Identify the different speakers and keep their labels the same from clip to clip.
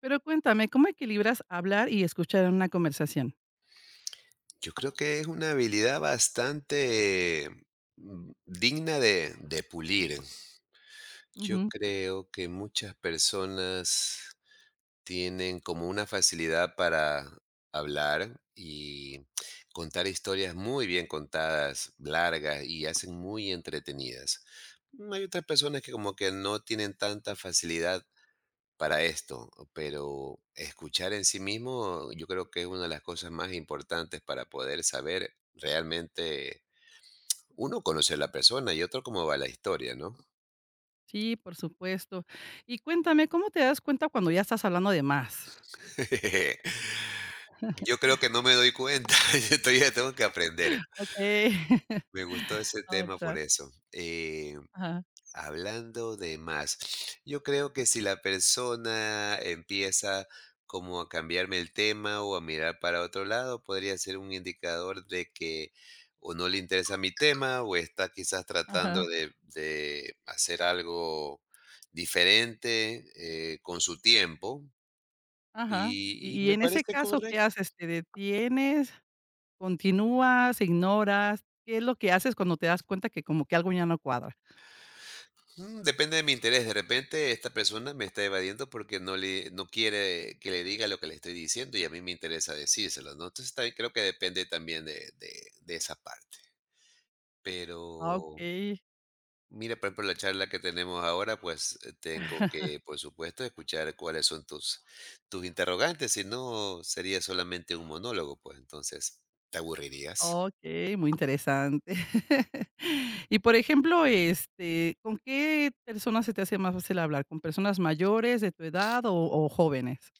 Speaker 1: Pero cuéntame, ¿cómo equilibras hablar y escuchar en una conversación?
Speaker 2: Yo creo que es una habilidad bastante digna de pulir. Yo
Speaker 1: Ujú.
Speaker 2: creo que muchas personas tienen como una facilidad para hablar y contar historias muy bien contadas, largas y hacen muy entretenidas. Hay otras personas que como que no tienen tanta facilidad para esto, pero escuchar en sí mismo yo creo que es una de las cosas más importantes para poder saber realmente, uno, conocer la persona y otro, cómo va la historia, ¿no?
Speaker 1: Sí, por supuesto. Y cuéntame, ¿cómo te das cuenta cuando ya estás hablando de más?
Speaker 2: Yo creo que no me doy cuenta, yo todavía tengo que aprender.
Speaker 1: Okey.
Speaker 2: Me gustó ese tema por
Speaker 1: Otra.
Speaker 2: eso. Eh,
Speaker 1: Ajá,
Speaker 2: Hablando de más, yo creo que si la persona empieza como a cambiarme el tema o a mirar para otro lado, podría ser un indicador de que o no le interesa mi tema o está quizás
Speaker 1: ajá,
Speaker 2: tratando de, hacer algo diferente con su tiempo
Speaker 1: ajá.
Speaker 2: y
Speaker 1: Y
Speaker 2: me
Speaker 1: en ese
Speaker 2: parece
Speaker 1: caso, ¿qué
Speaker 2: correcto.
Speaker 1: haces? ¿Te detienes, continúas, ignoras? ¿Qué es lo que haces cuando te das cuenta que como que algo ya no cuadra?
Speaker 2: Depende de mi interés. De repente esta persona me está evadiendo porque no quiere que le diga lo que le estoy diciendo y a mí me interesa decírselo, ¿no? Entonces también creo que depende también de, de esa parte. Pero
Speaker 1: Ah,
Speaker 2: mira, por ejemplo, la charla que tenemos ahora, pues tengo que, por supuesto, escuchar cuáles son tus interrogantes. Si no, sería solamente un monólogo, pues entonces te aburrirías.
Speaker 1: okey, muy interesante. Y, por ejemplo, ¿con qué personas se te hace más fácil hablar? ¿Con personas mayores de tu edad o jóvenes?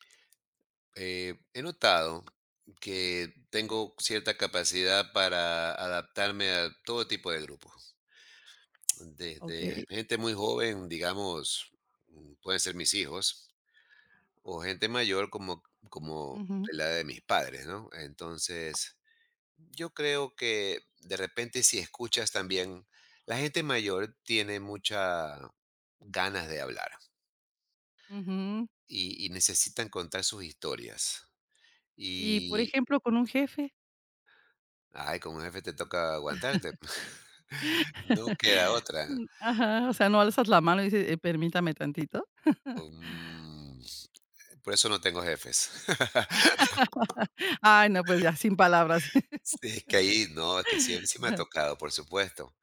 Speaker 2: He notado que tengo cierta capacidad para adaptarme a todo tipo de grupos, desde
Speaker 1: Okey.
Speaker 2: gente muy joven, digamos, pueden ser mis hijos, o gente mayor como
Speaker 1: Ujú,
Speaker 2: de la edad de mis padres, ¿no? Entonces, yo creo que de repente si escuchas también, la gente mayor tiene muchas ganas de hablar
Speaker 1: ujú.
Speaker 2: y necesitan contar sus historias.
Speaker 1: Y, por ejemplo, ¿con un jefe?
Speaker 2: Ay, como jefe te toca aguantarte. No queda otra.
Speaker 1: Mm, ajá, o sea, ¿no alzas la mano y dices: permítame tantito"?
Speaker 2: Mm, por eso no tengo jefes.
Speaker 1: Ay, no, pues ya, sin palabras.
Speaker 2: Sí, es que ahí no, es que sí, sí me ha
Speaker 1: Ajá,
Speaker 2: tocado, por supuesto.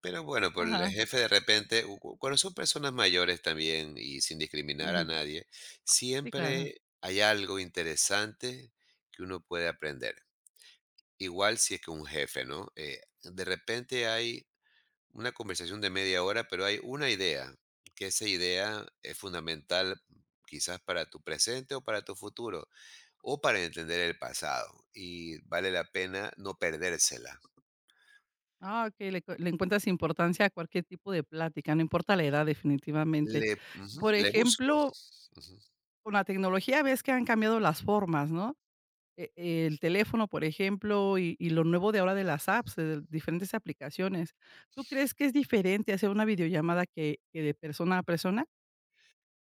Speaker 2: Pero bueno, por el jefe de repente, cuando son personas mayores también y sin discriminar a
Speaker 1: ujú.
Speaker 2: nadie,
Speaker 1: Sí, claro.
Speaker 2: siempre hay algo interesante que uno puede aprender. Igual si es que un jefe, ¿no? De repente hay una conversación de media hora, pero hay una idea, que esa idea es fundamental quizás para tu presente o para tu futuro, o para entender el pasado, y vale la pena no perdérsela.
Speaker 1: Ah, okey, le encuentras importancia a cualquier tipo de plática, no importa la edad, definitivamente.
Speaker 2: Le, ujú,
Speaker 1: Por
Speaker 2: le busco.
Speaker 1: ejemplo,
Speaker 2: Ujú.
Speaker 1: con la tecnología ves que han cambiado las formas, ¿no? El teléfono, por ejemplo, y lo nuevo de ahora de las apps, de diferentes aplicaciones. ¿Tú crees que es diferente hacer una videollamada que de persona a persona?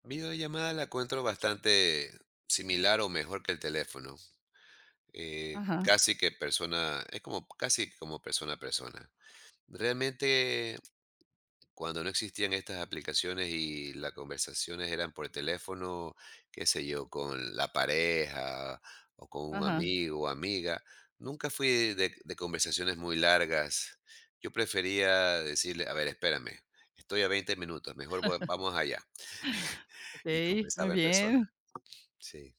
Speaker 2: Videollamada la encuentro bastante similar o mejor que el teléfono. eh,
Speaker 1: Ajá,
Speaker 2: casi que persona, es como casi como persona a persona. Realmente cuando no existían estas aplicaciones y las conversaciones eran por teléfono, qué sé yo, con la pareja o con un
Speaker 1: ajá.
Speaker 2: amigo o amiga, nunca fui de, conversaciones muy largas. Yo prefería decirle, a ver, espérame, estoy a 20 minutos, mejor vamos allá. Y
Speaker 1: Okey, muy
Speaker 2: conversaba en persona.
Speaker 1: bien.
Speaker 2: Sí,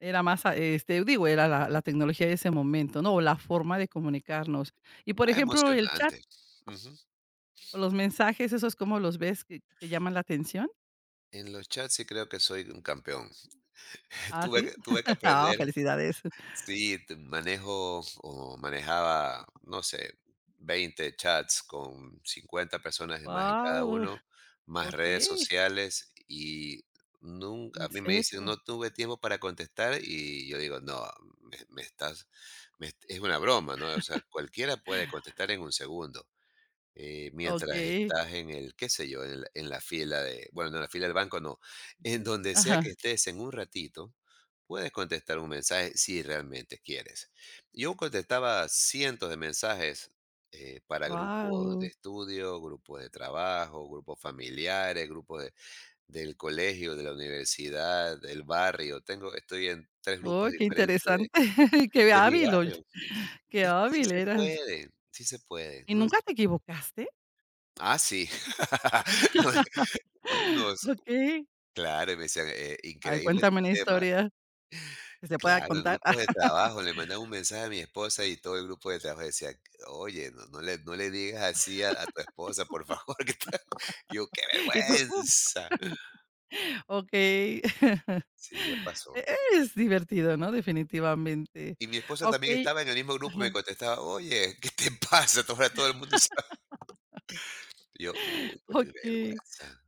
Speaker 1: Era más a digo, era la tecnología de ese momento, ¿no? O la forma de comunicarnos. Y, por
Speaker 2: más
Speaker 1: ejemplo, el chat
Speaker 2: emocionante. Ujú.
Speaker 1: o los mensajes, ¿esos cómo los ves que te llaman la atención?
Speaker 2: En los chats sí creo que soy un campeón.
Speaker 1: ¿Ah,
Speaker 2: Tuve
Speaker 1: sí?
Speaker 2: que, tuve que
Speaker 1: Ah,
Speaker 2: aprender.
Speaker 1: felicidades.
Speaker 2: Sí, manejo o manejaba, no sé, 20 chats con 50 personas y más en cada
Speaker 1: Wow,
Speaker 2: uno, más redes
Speaker 1: okey,
Speaker 2: sociales y nunca, a
Speaker 1: ¿en
Speaker 2: mí me dicen, no
Speaker 1: serio?
Speaker 2: tuve tiempo para contestar y yo digo, no, me estás, es una broma, ¿no? O sea, cualquiera puede contestar en un segundo, mientras
Speaker 1: Okey,
Speaker 2: estás en el, qué sé yo, en la fila de, bueno, no, en la fila del banco no, en donde sea
Speaker 1: ajá,
Speaker 2: que estés en un ratito, puedes contestar un mensaje si realmente quieres. Yo contestaba cientos de mensajes, para grupos de
Speaker 1: guau.
Speaker 2: estudio, grupos de trabajo, grupos familiares, grupos del colegio, de la universidad, del barrio. Estoy en tres grupos
Speaker 1: Oh, qué
Speaker 2: diferentes
Speaker 1: interesante,
Speaker 2: de,
Speaker 1: qué
Speaker 2: mi
Speaker 1: hábil, oye,
Speaker 2: barrio.
Speaker 1: qué
Speaker 2: Es que sí
Speaker 1: hábil
Speaker 2: se
Speaker 1: eras.
Speaker 2: puede, sí se puede.
Speaker 1: ¿Y nunca te equivocaste?
Speaker 2: Ah, sí. Unos
Speaker 1: Okey.
Speaker 2: Claro, y me decían:
Speaker 1: A ver,
Speaker 2: increíble tu
Speaker 1: cuéntame una
Speaker 2: tema".
Speaker 1: historia que se pueda
Speaker 2: Claro, en
Speaker 1: contar.
Speaker 2: grupos de trabajo, le mandaba un mensaje a mi esposa y todo el grupo de trabajo decía: "Oye, no le digas así a tu esposa, por favor, que está". Yo: "¡Qué
Speaker 1: Y tú,
Speaker 2: vergüenza!".
Speaker 1: okey.
Speaker 2: Sí, ya
Speaker 1: E
Speaker 2: pasó.
Speaker 1: es divertido, ¿no? Definitivamente.
Speaker 2: Y mi esposa también
Speaker 1: Okey,
Speaker 2: estaba en el mismo grupo y me
Speaker 1: ajá,
Speaker 2: contestaba: "Oye, ¿qué te pasa? Ahora todo el mundo sabe". Yo: "Uy, qué
Speaker 1: okey.
Speaker 2: vergüenza".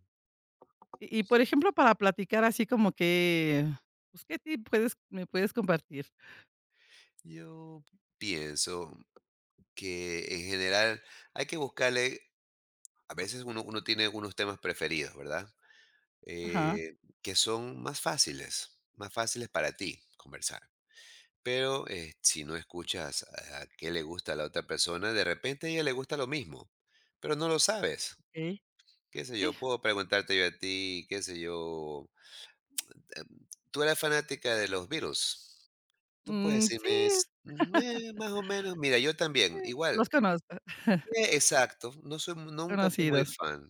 Speaker 1: Y, por ejemplo, para platicar así como que, pues, ¿qué tip puedes me puedes compartir?
Speaker 2: Yo pienso que en general hay que buscarle, a veces uno tiene unos temas preferidos, ¿verdad?
Speaker 1: Ajá,
Speaker 2: eh, que son más fáciles para ti conversar. Pero si no escuchas a qué le gusta a la otra persona, de repente a ella le gusta lo mismo, pero no lo sabes.
Speaker 1: okey.
Speaker 2: ¿Qué sé
Speaker 1: Sí,
Speaker 2: yo? Puedo preguntarte yo a ti, qué sé yo. em, Tú eres fanática de los Beatles. Tú puedes
Speaker 1: mm,
Speaker 2: decirme:
Speaker 1: sí.
Speaker 2: Más o menos, mira, yo también, igual".
Speaker 1: Los conozco,
Speaker 2: Eh, exacto, no soy, nunca fui muy
Speaker 1: conocidos.
Speaker 2: fan.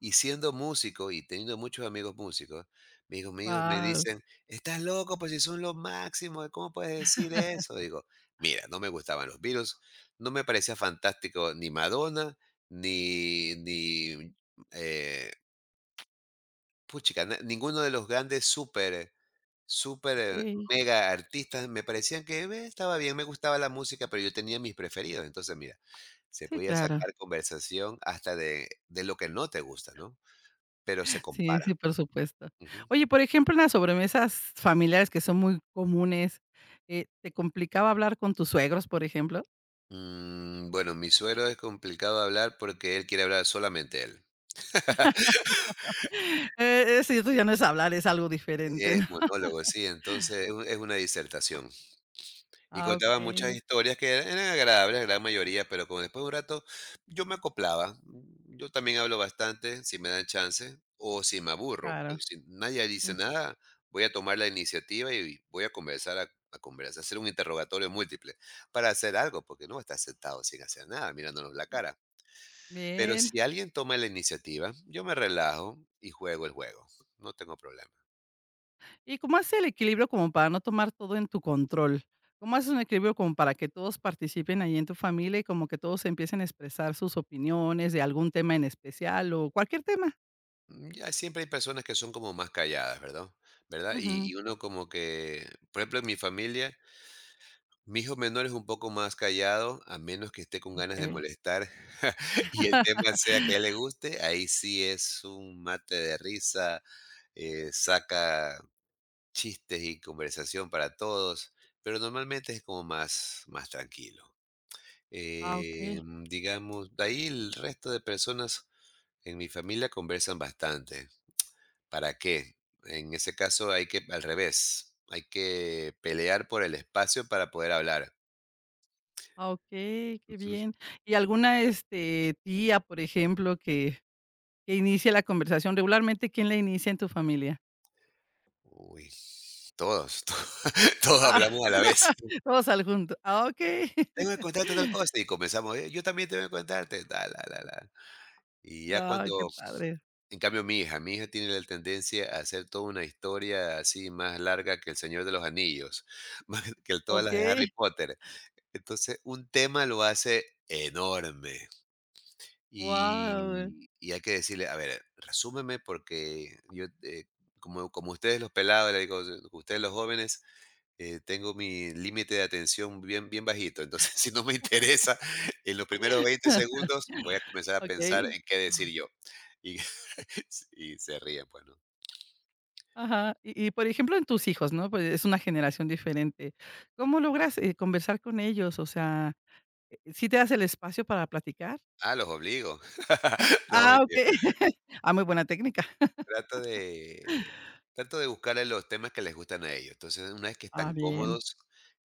Speaker 2: Y siendo músico y teniendo muchos amigos músicos, mis amigos me
Speaker 1: Wow,
Speaker 2: dicen: "Estás loco, pues si son los máximos, ¿cómo puedes decir eso?". Digo: "Mira, no me gustaban los Beatles, no me parecía fantástico ni Madonna, ni ni, eh, puchica, na ninguno de los grandes súper súper,
Speaker 1: okey.
Speaker 2: mega artistas, me parecían que, estaba bien, me gustaba la música, pero yo tenía mis preferidos". Entonces, mira, se
Speaker 1: Sí,
Speaker 2: podía
Speaker 1: claro.
Speaker 2: sacar conversación hasta de lo que no te gusta, ¿no? Pero se
Speaker 1: Sí,
Speaker 2: compara.
Speaker 1: sí, por supuesto.
Speaker 2: Ujú.
Speaker 1: Oye, por ejemplo, en las sobremesas familiares que son muy comunes, ¿te complicaba hablar con tus suegros, por ejemplo?
Speaker 2: Bueno, mi suegro es complicado hablar porque él quiere hablar solamente él.
Speaker 1: Eso ya no es hablar, es algo diferente,
Speaker 2: Es
Speaker 1: ¿no?
Speaker 2: monólogo, sí, entonces es una disertación. Y
Speaker 1: Ah,
Speaker 2: contaba muchas
Speaker 1: okey,
Speaker 2: historias que eran agradables, la gran mayoría, pero como después de un rato yo me acoplaba. Yo también hablo bastante si me dan chance o si me aburro.
Speaker 1: claro.
Speaker 2: Pues, si nadie dice
Speaker 1: Mm,
Speaker 2: nada, voy a tomar la iniciativa y voy a conversar, a conversar, hacer un interrogatorio múltiple para hacer algo, porque no estás sentado sin hacer nada, mirándonos la cara. Pero
Speaker 1: bien.
Speaker 2: si alguien toma la iniciativa, yo me relajo y juego el juego, no tengo problema.
Speaker 1: ¿Y cómo hace el equilibrio como para no tomar todo en tu control? ¿Cómo haces un equilibrio como para que todos participen ahí en tu familia y como que todos empiecen a expresar sus opiniones de algún tema en especial o cualquier tema?
Speaker 2: Ya siempre hay personas que son como más calladas, ¿verdad? ¿Verdad? Y
Speaker 1: Ujú,
Speaker 2: y uno como que, por ejemplo, en mi familia, mi hijo menor es un poco más callado, a menos que esté con ganas de
Speaker 1: okey.
Speaker 2: molestar y el tema sea que a él le guste, ahí sí es un mate de risa, saca chistes y conversación para todos, pero normalmente es como más más tranquilo.
Speaker 1: Ah, okey.
Speaker 2: Digamos, de ahí el resto de personas en mi familia conversan bastante. ¿Para qué? En ese caso hay que, al revés, hay que pelear por el espacio para poder hablar.
Speaker 1: Ah, okey, qué
Speaker 2: Ujú.
Speaker 1: bien. ¿Y alguna, tía, por ejemplo, que inicie la conversación? Regularmente, ¿quién la inicia en tu familia?
Speaker 2: Uy, todos, todos
Speaker 1: Ah,
Speaker 2: hablamos a la vez.
Speaker 1: todos al junto. Ah, okey.
Speaker 2: Tengo que contarte tal cosa y comenzamos: "Yo también tengo que contarte, ta, la, la, la". Y ya
Speaker 1: Guau, qué
Speaker 2: cuando,
Speaker 1: padre.
Speaker 2: en cambio, mi hija tiene la tendencia a hacer toda una historia así más larga que El Señor de los Anillos, más que todas las de Harry
Speaker 1: Okey,
Speaker 2: Potter. Entonces, un tema lo hace enorme.
Speaker 1: wow.
Speaker 2: Y hay que decirle: "A ver, resúmeme porque yo, como ustedes los pelados", le digo, "ustedes los jóvenes, tengo mi límite de atención bien bien bajito, entonces, si no me interesa en los primeros 20 segundos, voy a comenzar a pensar
Speaker 1: Okey,
Speaker 2: en qué decir yo". Y y se ríen, pues, ¿no?
Speaker 1: ajá. Y, por ejemplo, en tus hijos, ¿no? Pues, es una generación diferente. ¿Cómo logras, conversar con ellos? O sea, ¿sí te das el espacio para platicar?
Speaker 2: Ah, los obligo. No,
Speaker 1: Ah,
Speaker 2: mentira.
Speaker 1: okey. Ah, muy buena técnica.
Speaker 2: Trato de Trato de buscarle los temas que les gustan a ellos. Entonces, una vez que
Speaker 1: Ah,
Speaker 2: están
Speaker 1: bien.
Speaker 2: cómodos,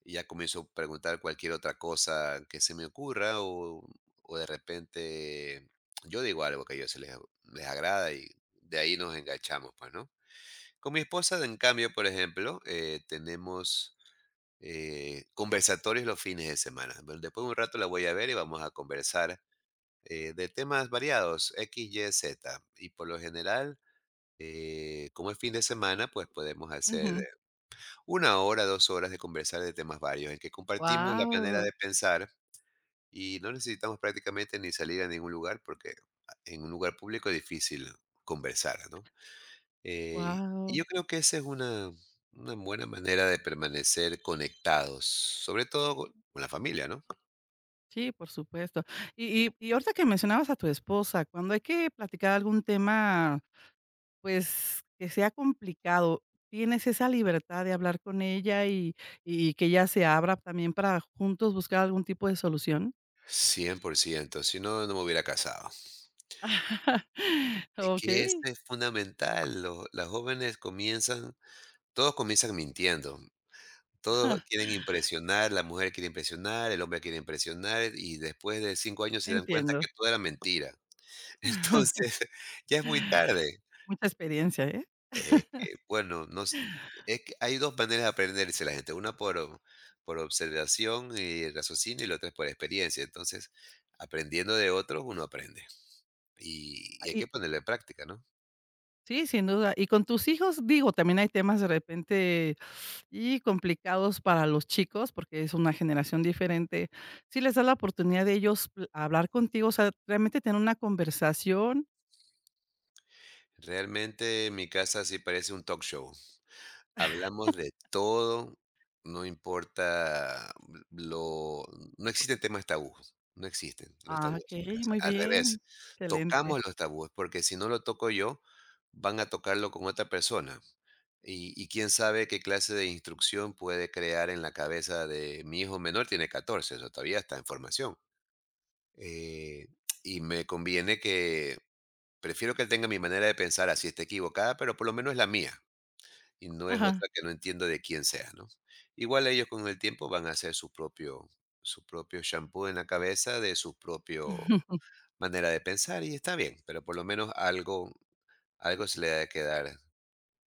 Speaker 2: ya comienzo a preguntar cualquier otra cosa que se me ocurra o de repente yo digo algo que a ellos se les agrada y de ahí nos enganchamos, pues, ¿no? Con mi esposa, en cambio, por ejemplo, tenemos, conversatorios los fines de semana. Bueno, después de un rato la voy a ver y vamos a conversar, de temas variados, X, Y, Z. Y por lo general, como es fin de semana, pues podemos hacer, 1 hora, 2 horas de conversar de temas varios, en que compartimos la
Speaker 1: Wow,
Speaker 2: manera
Speaker 1: wow.
Speaker 2: de pensar y no necesitamos prácticamente ni salir a ningún lugar, porque en un lugar público es difícil conversar, ¿no? Eh, y yo creo que esa es una buena manera de permanecer conectados, sobre todo con la familia, ¿no?
Speaker 1: Sí, por supuesto. Y ahorita que mencionabas a tu esposa, cuando hay que platicar algún tema, pues, que sea complicado. Tienes esa libertad de hablar con ella y que ella se abra también para juntos buscar algún tipo de solución.
Speaker 2: 100%. Si no, no me hubiera casado. Es que eso
Speaker 1: Okey.
Speaker 2: es fundamental, las jóvenes comienzan, todos comienzan mintiendo. Todos quieren impresionar, la mujer quiere impresionar, el hombre quiere impresionar y después de 5 años se dan cuenta
Speaker 1: Entiendo.
Speaker 2: que todo era mentira. Entonces, ya es muy tarde.
Speaker 1: Mucha experiencia, ¿eh?
Speaker 2: Que bueno, no s es que hay 2 maneras de aprenderse la gente, una por por observación y raciocinio, y la otra es por experiencia. Entonces, aprendiendo de otros uno aprende, y
Speaker 1: Ah,
Speaker 2: y hay
Speaker 1: y
Speaker 2: que ponerlo en práctica, ¿no?
Speaker 1: sí, sin duda. Y con tus hijos, digo, también hay temas de repente, y complicados para los chicos, porque es una generación diferente. Si les das la oportunidad de ellos pl hablar contigo, o sea, realmente tener una conversación.
Speaker 2: Realmente mi casa sí parece un talk show. Hablamos de todo, no importa lo no existen temas tabúes, no existen los
Speaker 1: Ah,
Speaker 2: tabúes en mi
Speaker 1: okey,
Speaker 2: casa,
Speaker 1: muy
Speaker 2: al revés,
Speaker 1: bien.
Speaker 2: tocamos
Speaker 1: Excelente.
Speaker 2: los tabúes, porque si no lo toco yo, van a tocarlo con otra persona, y quién sabe qué clase de instrucción puede crear en la cabeza de mi hijo menor, tiene 14, o todavía está en formación, eh, y me conviene que prefiero que él tenga mi manera de pensar, así esté equivocada, pero por lo menos es la mía. Y no es
Speaker 1: Ajá.
Speaker 2: otra que no entiendo de quién sea, ¿no? Igual ellos con el tiempo van a hacer su propio champú en la cabeza de su propio
Speaker 1: Ujú.
Speaker 2: manera de pensar y está bien, pero por lo menos algo se le ha de quedar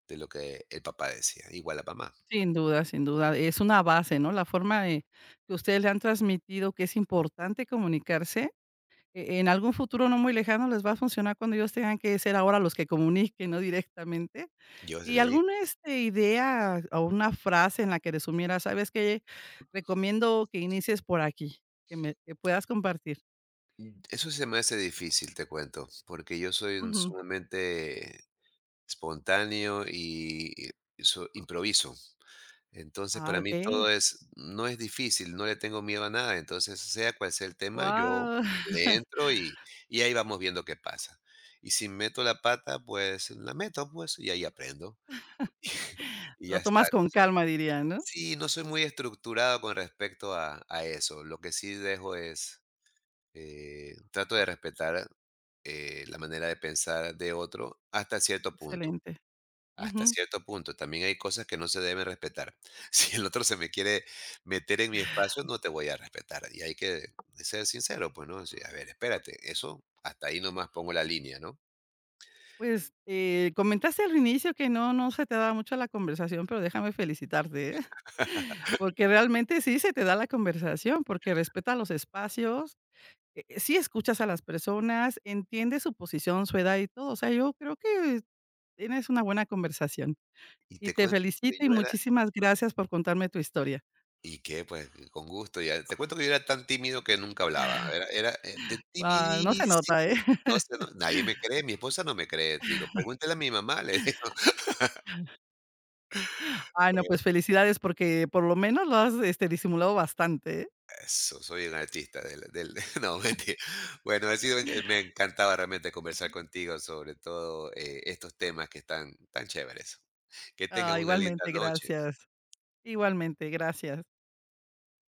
Speaker 2: de lo que el papá decía, igual la mamá.
Speaker 1: Sin duda, sin duda. Es una base, ¿no? La forma de que ustedes le han transmitido que es importante comunicarse, en algún futuro no muy lejano les va a funcionar cuando ellos tengan que ser ahora los que comuniquen, ¿no? Directamente.
Speaker 2: Yo se
Speaker 1: ¿Y
Speaker 2: le digo,
Speaker 1: alguna idea o una frase en la que resumiera sabes que recomiendo que inicies por aquí, que puedas compartir?
Speaker 2: eso se me hace difícil, te cuento, porque yo soy un
Speaker 1: Ujú.
Speaker 2: sumamente espontáneo y improviso. Entonces,
Speaker 1: Ah,
Speaker 2: para
Speaker 1: ok.
Speaker 2: mí todo es no es difícil, no le tengo miedo a nada. Entonces, sea cual sea el tema, yo
Speaker 1: Wow.
Speaker 2: le entro y ahí vamos viendo qué pasa. Y si meto la pata, pues, la meto, pues, y ahí aprendo, y ya
Speaker 1: Lo
Speaker 2: está.
Speaker 1: tomas con
Speaker 2: Entonces,
Speaker 1: calma, diría, ¿no?
Speaker 2: sí, no soy muy estructurado con respecto a eso. Lo que sí dejo es, trato de respetar, la manera de pensar de otro hasta cierto punto.
Speaker 1: Excelente.
Speaker 2: Hasta
Speaker 1: Ujú.
Speaker 2: cierto punto, también hay cosas que no se deben respetar. Si el otro se me quiere meter en mi espacio, no te voy a respetar. Y hay que ser sincero, pues, ¿no? Decir, a ver, espérate, eso hasta ahí nomás pongo la línea, ¿no?
Speaker 1: Pues, comentaste al inicio que no se te da mucho la conversación, pero déjame felicitarte, ¿eh? Porque realmente sí se te da la conversación, porque respeta los espacios, sí escuchas a las personas, entiendes su posición, su edad y todo. O sea, yo creo que tienes una buena conversación
Speaker 2: Y
Speaker 1: y
Speaker 2: te
Speaker 1: te
Speaker 2: cuento que
Speaker 1: felicito y
Speaker 2: yo era
Speaker 1: muchísimas gracias por contarme tu historia.
Speaker 2: y que, pues, con gusto, ya. Te cuento que yo era tan tímido que nunca hablaba. De
Speaker 1: Guau, no se nota, ¿eh?
Speaker 2: timidísimo. No sé, no nadie me cree, mi esposa no me cree. Digo: "pregúntale a mi mamá", le digo.
Speaker 1: Ay, no, pues felicidades porque por lo menos lo has, disimulado bastante, ¿eh?
Speaker 2: Eso, soy un artista del no, mentira. Bueno, ha sido, me encantaba realmente conversar contigo, sobre todo, estos temas que están tan chéveres. Que tengas
Speaker 1: Ah,
Speaker 2: una linda
Speaker 1: igualmente,
Speaker 2: noche.
Speaker 1: gracias. Igualmente, gracias.